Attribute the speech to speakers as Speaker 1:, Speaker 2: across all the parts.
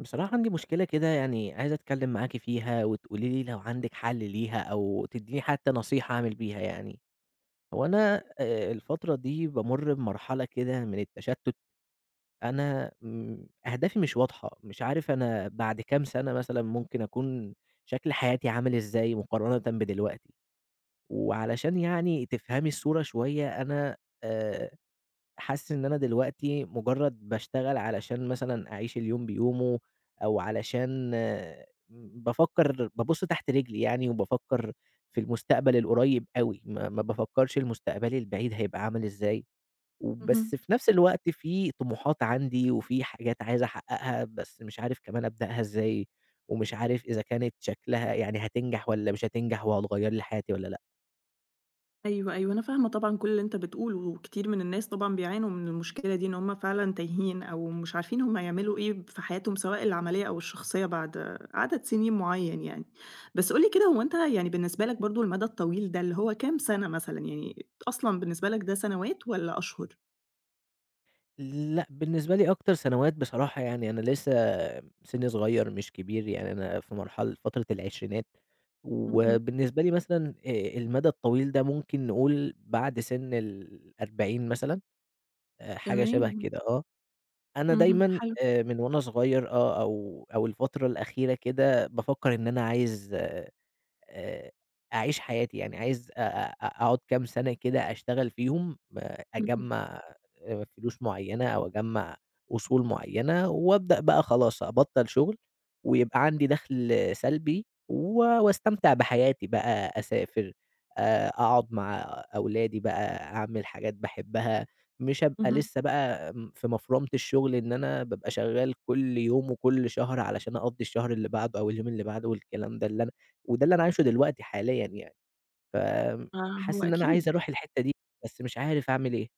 Speaker 1: بصراحة عندي مشكلة كده يعني عايز أتكلم معاكِ فيها وتقولي لي لو عندِك حل ليها أو تدّيني حتى نصيحة أعمل بيها يعني. هو أنا الفترة دي بامُر بمرحلة كده من التشتُّت. أنا أهدافي مش واضحة، مش عارف أنا بعد كام سَنة مثلًا ممكن أكون شكل حياتي عامل إزاي مقارنةً بدلوقتي. وعلشان يعني تفهمي الصورة شوية أنا آآ حاسس إن أنا دلوقتي مجرد باشتغل علشان مثلًا أعيش اليوم بيومه، أو علشان بافكر بابُص تحت رجلي يعني، وبافكر في المستقبل القريب أوي، ما بافكرش المستقبلي البعيد هيبقى عامل إزاي، وبس
Speaker 2: اهم.
Speaker 1: في نفس الوقت في طموحات عندي، وفي حاجات عايز أحققها، بس مش عارف كمان أبدأها إزاي، ومش عارف إذا كانت شكلها يعني هتنجح والّا مش هتنجح، وهتغير لي حياتي والّا لأ.
Speaker 2: أيوه، أيوه، أنا فاهمة طبعًا كل اللي أنت بتقوله، وكتير من الناس طبعًا بيعانوا من المشكلة دي، إن هُم فعلًا تايهين أو مش عارفين هُم هيعملوا إيه في حياتهم، سواء العملية أو الشخصية بعد عدد سنين معيّن يعني. بس قُل لي كده، هو أنت يعني بالنسبة لك برضه المدى الطويل ده اللي هو كام سنة مثلًا، يعني أصلًا بالنسبة لك ده سنوات والّا أشهر؟
Speaker 1: لأ، بالنسبة لي أكتر سنوات بصراحة يعني أنا لسه سِنّي صغير مش كبير، يعني أنا في مرحلة فترة العشرينات،
Speaker 2: اهم.
Speaker 1: وبالنسبة لي مثلًا المدى الطويل ده ممكن نقول بعد سِن ال40 مثلًا، حاجة شبه
Speaker 2: تمام.
Speaker 1: كده آه. أنا
Speaker 2: اهم.
Speaker 1: دايمًا
Speaker 2: حلو.
Speaker 1: من وأنا صغير آه، أو الفترة الأخيرة كده بافكّر إن أنا عايز آآ أعيش حياتي، يعني عايز أ أ أ أقعد كام سَنة كده أشتغل فيهم،
Speaker 2: اهم.
Speaker 1: أجمّع فلوس معيّنة أو أجمّع أصول معيّنة وأبدأ بقى خلاص أبطّل شُغل ويبقى عندي دَخْل سلبي واستمتع بحياتي بقى، أسافر، أقعد مع أولادي بقى، أعمل حاجات باحبّها، مش هابقى
Speaker 2: اهم.
Speaker 1: لسّه بقى في مفرمة الشُغل، إن أنا بابقى شغّال كل يوم وكل شهر علشان أقضّي الشهر اللي بعده أو اليوم اللي بعده والكلام ده اللي، وده اللي أنا عايشه دلوقتي حاليًا يعني.
Speaker 2: آه، هو
Speaker 1: حاسس إن أنا عايز
Speaker 2: أكيد.
Speaker 1: أروح الحتّة دي، بس مش عارف أعمل إيه.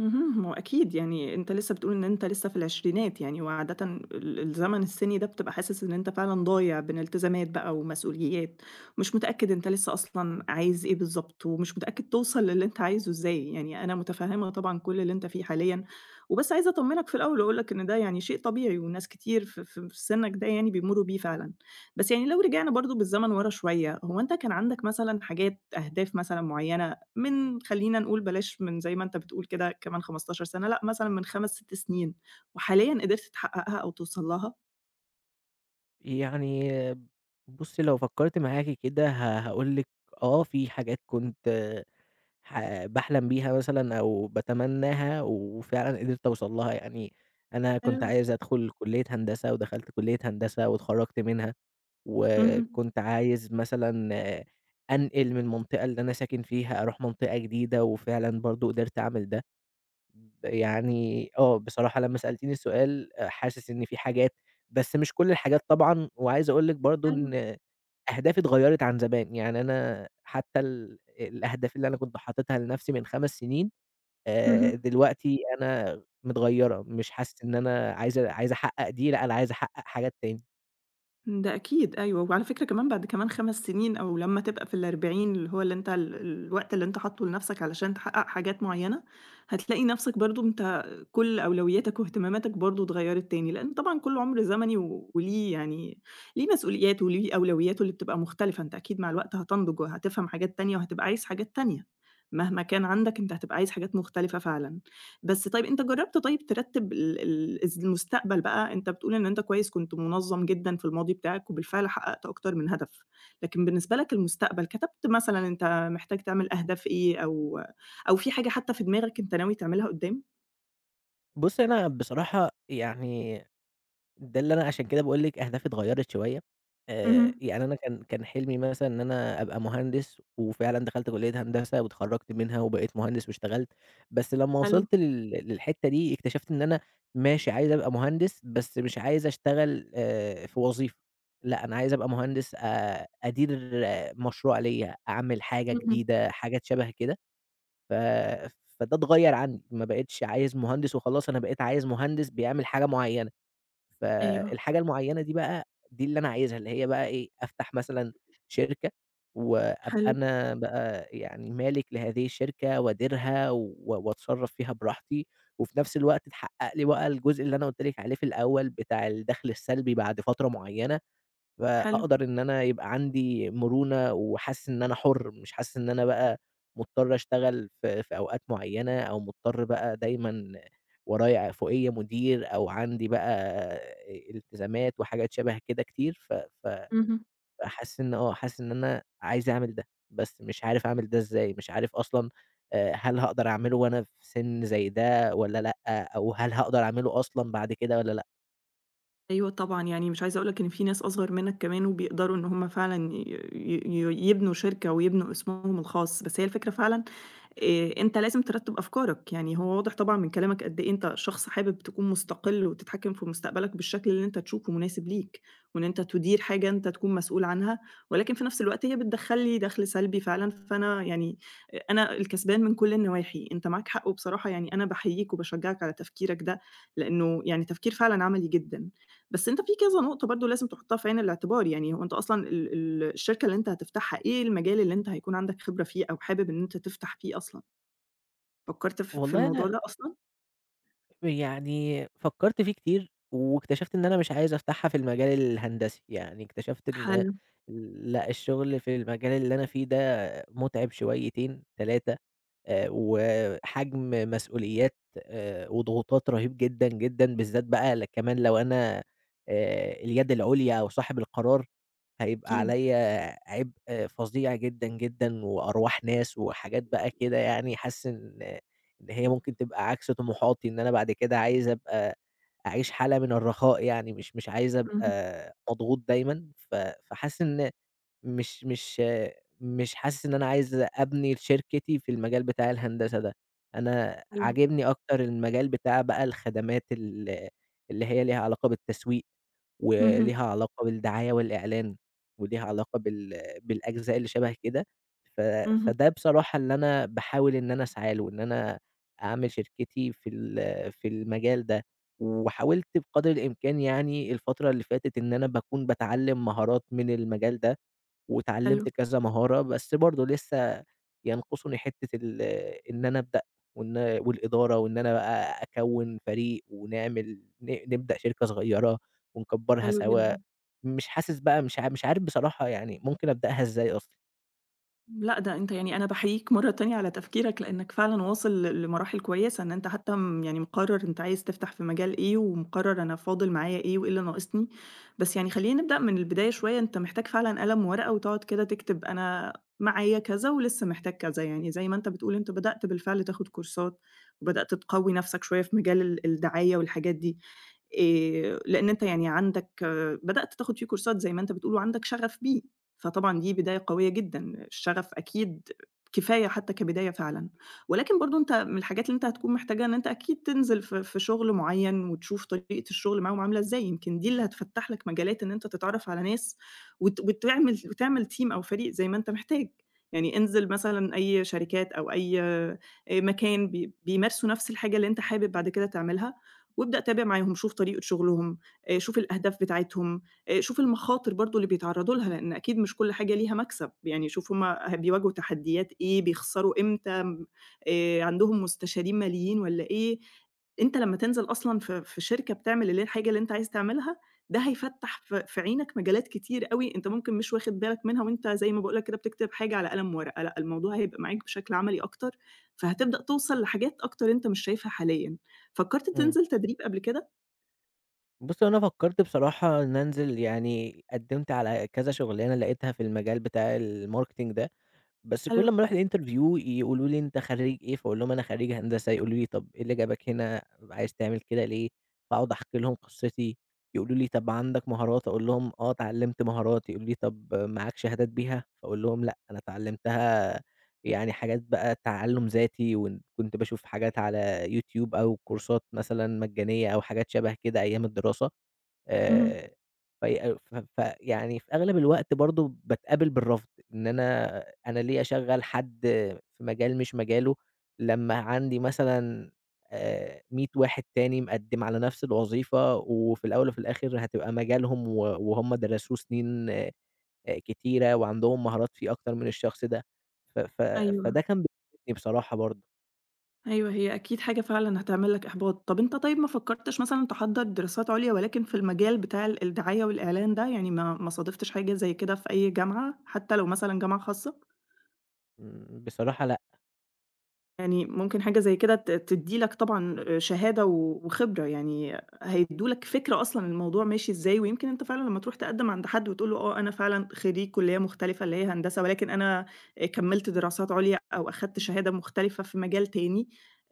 Speaker 2: اهم. ما هو أكيد يعني أنت لسه بتقول إن أنت لسه في العشرينات يعني، وعادةً الزمن السِني ده بتبقى حاسس إن أنت فعلًا ضايع بين التزامات بقى ومسؤوليات، مش متأكد أنت لسه أصلًا عايز إيه بالضبط، ومش متأكد توصل للي أنت عايزه إزاي، يعني أنا متفهمة طبعًا كل اللي أنت فيه حاليًا، وبس عايزة أطمنك في الأول وأقول لك إن ده يعني شيء طبيعي، وناس كتير في سنك ده يعني بيمروا بيه فعلًا، بس يعني لو رجعنا برضه بالزمن ورا شوية، هو أنت كان عندك مثلًا حاجات أهداف مثلًا معينة من خلّينا نقول بلاش من زي ما أنت بتقول كده كمان 15 سَنة، لأ مثلًا من 5، 6 سنين، وحاليًا قدرت تحقّقها أو توصل لها؟
Speaker 1: يعني بُصّي، لو فكّرت معاكِ كده هاقول لِك آه، في حاجات كنت باحلم بيها مثلًا أو باتمناها وفعلًا قدرت أوصل لها. يعني أنا
Speaker 2: حلو.
Speaker 1: كنت عايز أدخل كلية هندسة ودخلت كلية هندسة واتخرّجت منها،
Speaker 2: اهم.
Speaker 1: وكنت عايز مثلًا آه، أنقل من المنطقة اللي أنا ساكن فيها أروح منطقة جديدة وفعلًا برضه قدرت أعمل ده. يعني آه، بصراحة لمّا سألتيني السؤال حاسس إن في حاجات، بس مش كل الحاجات طبعًا، وعايز أقول لِك برضه
Speaker 2: حلو.
Speaker 1: إن أهدافي اتغيّرت عن زمان، يعني أنا حتى الأهداف اللي أنا كنت حاططها لنفسي من 5 سنين،
Speaker 2: اهم.
Speaker 1: دلوقتي أنا متغيّرة، مش حاسس إن أنا عايز أحقق دي، لأ، أنا عايز أحقق حاجات تاني.
Speaker 2: ده أكيد أيوه، وعلى فكرة كمان بعد كمان 5 سنين أو لمّا تبقى في ال40 اللي هو اللي أنت الوقت اللي أنت حاطّه لنَفْسك علشان تحقق حاجات معيّنة، هتلاقي نَفْسك برضه أنت كل أولوياتك واهتماماتك برضه اتغيّرت تاني، لإن طبعًا كل عُمر زمني وليه يعني ليه مسؤولياته وليه أولوياته اللي بتبقى مختلفة، أنت أكيد مع الوقت هتنضج وهتفهم حاجات تانية وهتبقى عايز حاجات تانية، مهما كان عندك أنت هتبقى عايز حاجات مختلفة فعلًا. بس طيب أنت جرّبت طيب ترتّب ال ال الز المستقبل بقى، أنت بتقول إن أنت كويس كنت منظّم جدًا في الماضي بتاعك وبالفعل حقّقت أكتر من هدف، لكن بالنسبة لك المستقبل كتبت مثلًا أنت محتاج تعمل أهداف إيه أو في حاجة حتى في دماغك أنت ناوي تعملها قدّام؟
Speaker 1: بُصّي، أنا بصراحة يعني ده اللي أنا عشان كده باقول لِك أهدافي اتغيّرت شوية.
Speaker 2: اهم.
Speaker 1: يعني أنا كان حلمي مثلًا إن أنا أبقى مهندس، وفعلًا دخلت كلية هندسة واتخرّجت منها وبقيت مهندس واشتغلت، بس لمّا
Speaker 2: حلو.
Speaker 1: وصلت للحتة دي اكتشفت إن أنا ماشي عايز أبقى مهندس، بس مش عايز أشتغل في وظيفة، لأ أنا عايز أبقى مهندس أدير آه، مشروع ليّا، أعمل حاجة
Speaker 2: اهم.
Speaker 1: جديدة، حاجات شبه كده. ف فده اتغيّر عندي، ما بقيتش عايز مهندس وخلاص، أنا بقيت عايز مهندس بيعمل حاجة معيّنة.
Speaker 2: أيوه.
Speaker 1: فالحاجة المعيّنة دي بقى، دي اللي أنا عايزها، اللي هي بقى إيه، أفتح مثلًا شركة وأبقى
Speaker 2: حلو.
Speaker 1: أنا بقى يعني مالك لهذه الشركة وأديرها وأتصرّف فيها براحتي، وفي نفس الوقت تحقق لي بقى الجزء اللي أنا قُلت لِك عليه في الأول بتاع الدخل السلبي بعد فترة معيّنة.
Speaker 2: حلو.
Speaker 1: فأقدر إن أنا يبقى عندي مرونة وحاسس إن أنا حُر، مش حاسس إن أنا بقى مضطر أشتغل في أوقات معيّنة أو مضطر بقى دايمًا ورايا فوقيّا مدير أو عندي بقى التزامات وحاجات شَبه كده كتير. ف ف
Speaker 2: اهم.
Speaker 1: فحاسس إن آه، حاسس إن أنا عايز أعمل ده، بس مش عارف أعمل ده إزاي، مش عارف أصلًا هل هاقدر أعمله وأنا في سِن زي ده والّا لأ، أو هل هاقدر أعمله أصلًا بعد كده والّا لأ؟
Speaker 2: أيوه طبعًا، يعني مش عايزة أقول لك إن في ناس أصغر منك كمان وبيقدروا إن هُم فعلًا ي ي ي يبنوا شركة ويبنوا اسمهم الخاص، بس هي الفكرة فعلًا أنت لازم ترتّب أفكارك، يعني هو واضح طبعًا من كلامك قد إيه أنت شخص حابب تكون مستقل وتتحكم في مستقبلك بالشكل اللي أنت تشوفه مناسب ليك، وإن أنت تدير حاجة أنت تكون مسؤول عنها، ولكن في نفس الوقت هي بتدخّل لي دخل سلبي فعلًا، فأنا يعني أنا الكسبان من كل النواحي، أنت معاك حق وبصراحة يعني أنا باحييك وباشجّعك على تفكيرك ده، لإنه يعني تفكير فعلًا عملي جدًا، بس أنت في كذا نقطة برضه لازم تحطها في عين الاعتبار، يعني هو أنت أصلًا ال ال الشركة اللي أنت هتفتحها إيه المجال اللي أنت هيكون عندك خبرة فيه أو حابب إن أنت تفتح فيه أصلًا؟ فكّرت في
Speaker 1: والله
Speaker 2: الموضوع
Speaker 1: أنا
Speaker 2: ده أصلًا؟
Speaker 1: يعني فكّرت فيه كتير، واكتشفت إن أنا مش عايز أفتحها في المجال الهندسي، يعني اكتشفت إن
Speaker 2: حلو.
Speaker 1: لأ، الشغل في المجال اللي أنا فيه ده مُتعب شويتين، 3، وحجم مسؤوليات وضغوطات رهيب جدًا، جدًا، بالذات بقى كمان لو أنا اليد العُليا أو صاحب القرار، هيبقى
Speaker 2: أكيد.
Speaker 1: عليّا عبء آه، فظيع جدًا، جدًا، وأرواح ناس وحاجات بقى كده، يعني حاسس إن هي ممكن تبقى عكس طموحاتي، إن أنا بعد كده عايز أبقى أعيش حالة من الرخاء يعني، مش عايز
Speaker 2: اهم.
Speaker 1: أبقى مضغوط دايمًا. فحاسس إن مش مش مش حاسس إن أنا عايز أبني شركتي في المجال بتاع الهندسة ده، أنا
Speaker 2: حلو.
Speaker 1: عاجبني أكتر المجال بتاع بقى الخدمات اللي هي ليها علاقة بالتسويق،
Speaker 2: اهم.
Speaker 1: وليها علاقة بالدعاية والإعلان، وليها علاقة بالأجزاء اللي شبه كده. ف
Speaker 2: اهم.
Speaker 1: فده بصراحة اللي أنا باحاول إن أنا أسعى له، إن أنا أعمل شركتي في المجال ده، وحاولت بقدر الإمكان يعني الفترة اللي فاتت إن أنا باكون باتعلم مهارات من المجال ده
Speaker 2: حلو.
Speaker 1: واتعلّمت كذا مهارة، بس برضه لسه ينقصني حتّة إن أنا أبدأ وإن والإدارة وإن أنا بقى أكوّن فريق ونعمل نبدأ شركة صغيّرة ونكبّرها
Speaker 2: حلو
Speaker 1: سوا.
Speaker 2: جدًا.
Speaker 1: مش حاسس بقى، مش عارف بصراحة يعني ممكن أبدأها إزاي أصلًا.
Speaker 2: لأ، ده أنت يعني أنا باحييك مرّة تانية على تفكيرك، لإنّك فعلًا واصل لمراحل كويسة، إن أنت حتى يعني مقرّر أنت عايز تفتح في مجال إيه، ومقرّر أنا فاضل معايا إيه وإيه اللي ناقصني، بس يعني خلّينا نبدأ من البداية شوية، أنت محتاج فعلًا قلم وورقة وتقعد كده تكتب أنا معايا كذا ولسه محتاج كذا، يعني زي ما أنت بتقول أنت بدأت بالفعل تاخد كورسات، وبدأت تقوّي نَفْسك شوية في مجال الدعاية والحاجات دي، لإن أنت يعني عندك بدأت تاخد فيه كورسات زي ما أنت بتقول وعندك شغف بيه. فطبعًا دي بداية قوية جدًا، الشغف أكيد كفاية حتى كبداية فعلًا، ولكن برضه أنت من الحاجات اللي أنت هتكون محتاجها إن أنت أكيد تنزل في شغل معيّن وتشوف طريقة الشغل معاهم عاملة إزاي، يمكن دي اللي هتفتح لك مجالات إن أنت تتعرف على ناس وتعمل team أو فريق زي ما أنت محتاج، يعني انزل مثلًا أي شركات أو أي مكان بيمارسوا نفس الحاجة اللي أنت حابب بعد كده تعملها، وابدأ تابع معاهم، شوف طريقة شغلهم، شوف الأهداف بتاعتهم. شوف المخاطر برضه اللي بيتعرّضوا لها، لإن أكيد مش كل حاجة ليها مكسب، يعني شوف هُم بيواجهوا تحديات إيه، بيخسروا إمتى، م عندهم مستشارين ماليين والّا إيه، أنت لمّا تنزل أصلًا في شركة بتعمل اللي هي الحاجة اللي أنت عايز تعملها، ده هيفتّح في عينك مجالات كتير أوي أنت ممكن مش واخد بالك منها وأنت زي ما باقول لك كده بتكتب حاجة على قلم وورقة، لأ الموضوع هيبقى معاك بشكل عملي أكتر، فهتبدأ توصل لحاجات أكتر أنت مش شايفها حاليًا. فكّرت
Speaker 1: إمم.
Speaker 2: تنزل تدريب قبل كده؟
Speaker 1: بُصّ، هو أنا فكّرت بصراحة إن أنزل، يعني قدّمت على كذا شُغلانة لقيتها في المجال بتاع الmarketing ده. بس
Speaker 2: حلو.
Speaker 1: كل أمّا أروح الinterview يقولوا لي: "أنت خرّيج إيه؟" فاقول لهم: "أنا خرّيج هندسة." يقولوا لي: "طَب إيه اللي جابك هنا؟ عايز تعمل كده ليه؟" فاقعد أحكي لهم قصتي، يقولوا لي: "طَب عندك مهارات؟" اقول لهم: "آه، اتعلّمت مهارات." يقولوا لي: "طَب معاك شهادات بيها؟" فاقول لهم: "لأ، أنا اتعلّمتها يعني حاجات بقى تعلُّم ذاتي، وإن كنت باشوف حاجات على يوتيوب أو كورسات مثلًا مجانية أو حاجات شَبه كده أيام الدراسة."
Speaker 2: اهم.
Speaker 1: آآ في ف فيعني في أغلب الوقت برضه باتقابل بالرفض، إن أنا ليه أشغّل حد في مجال مش مجاله، لمّا عندي مثلًا 100 واحد تاني مقدّم على نفس الوظيفة، وفي الأول وفي الآخر هتبقى مجالهم، وهُم درسوه سنين كتيرة وعندهم مهارات فيه أكتر من الشخص ده. ف ف
Speaker 2: أيوه.
Speaker 1: فده كان بيضايقني بصراحة برضه.
Speaker 2: أيوه، هي أكيد حاجة فعلًا هتعمل لك إحباط. طَب أنت طيب ما فكّرتش مثلًا تحضّر دراسات عُليا ولكن في المجال بتاع الدعاية والإعلان ده، يعني ما صادفتش حاجة زي كده في أي جامعة، حتى لو مثلًا جامعة خاصة؟
Speaker 1: إمم، بصراحة لأ،
Speaker 2: يعني ممكن حاجة زي كده تدّي لك طبعًا شهادة وخبرة، يعني هيدّوا لك فكرة أصلًا الموضوع ماشي إزاي، ويمكن أنت فعلًا لمّا تروح تقدّم عند حد وتقول له أنا فعلًا خريج كُلّية مختلفة اللي هي هندسة، ولكن أنا كمّلت دراسات عليا أو أخدت شهادة مختلفة في مجال تاني،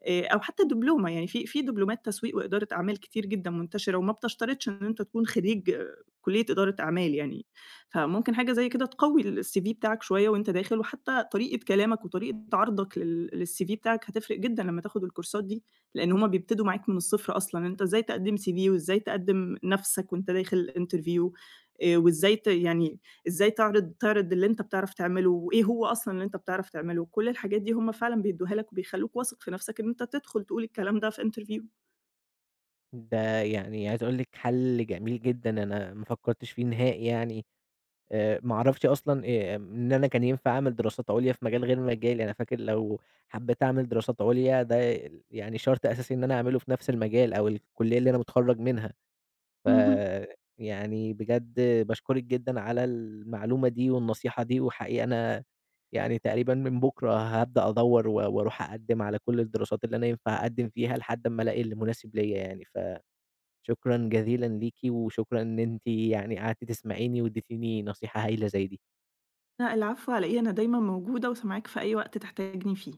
Speaker 2: أو حتى دبلومة، يعني في دبلومات تسويق وإدارة أعمال كتير جدًا منتشرة، وما بتشترطش إن أنت تكون خريج كُلّية إدارة أعمال يعني. فممكن حاجة زي كده تقوي الCV بتاعك شوية وأنت داخل، وحتى طريقة كلامك وطريقة عرضك للCV بتاعك هتفرق جدًا لمّا تاخد الكورسات دي، لإن هُم بيبتدوا معاك من الصفر أصلًا، أنت إزاي تقدّم CV وإزاي تقدّم نَفْسك وأنت داخل الinterview وإزاي يعني إزاي تعرض اللي أنت بتعرف تعمله، وإيه هو أصلًا اللي أنت بتعرف تعمله، كل الحاجات دي هُم فعلًا بيدّوها لك وبيخلّوك واثق في نَفْسك إن أنت تدخل تقول الكلام ده في interview.
Speaker 1: ده يعني عايز أقول لِك حَل جميل جدًا أنا ما فكّرتش فيه نهائي يعني. ما أعرفش أصلًا إن أنا كان ينفع أعمل دراسات عُليا في مجال غير مجالي، أنا فاكر لو حبّيت أعمل دراسات عُليا ده يعني شرط أساسي إن أنا أعمله في نفس المجال أو الكلية اللي أنا متخرّج منها. ف
Speaker 2: اهم.
Speaker 1: يعني بجد باشكرِك جدًا على المعلومة دي والنصيحة دي، وحقيقي أنا يعني تقريبًا من بُكرة هابدأ أدوّر وأروح أقدّم على كل الدراسات اللي أنا ينفع أقدّم فيها لحد أمّا ألاقي اللي مناسب ليّا يعني، فشكرًا جزيلًا ليكِ وشكرًا إن أنتِ يعني قعدتِ تسمعيني وادّيتيني نصيحة هايلة زي دي.
Speaker 2: لأ العفو على إيه، أنا دايمًا موجودة معاك في أي وقت تحتاجني فيه.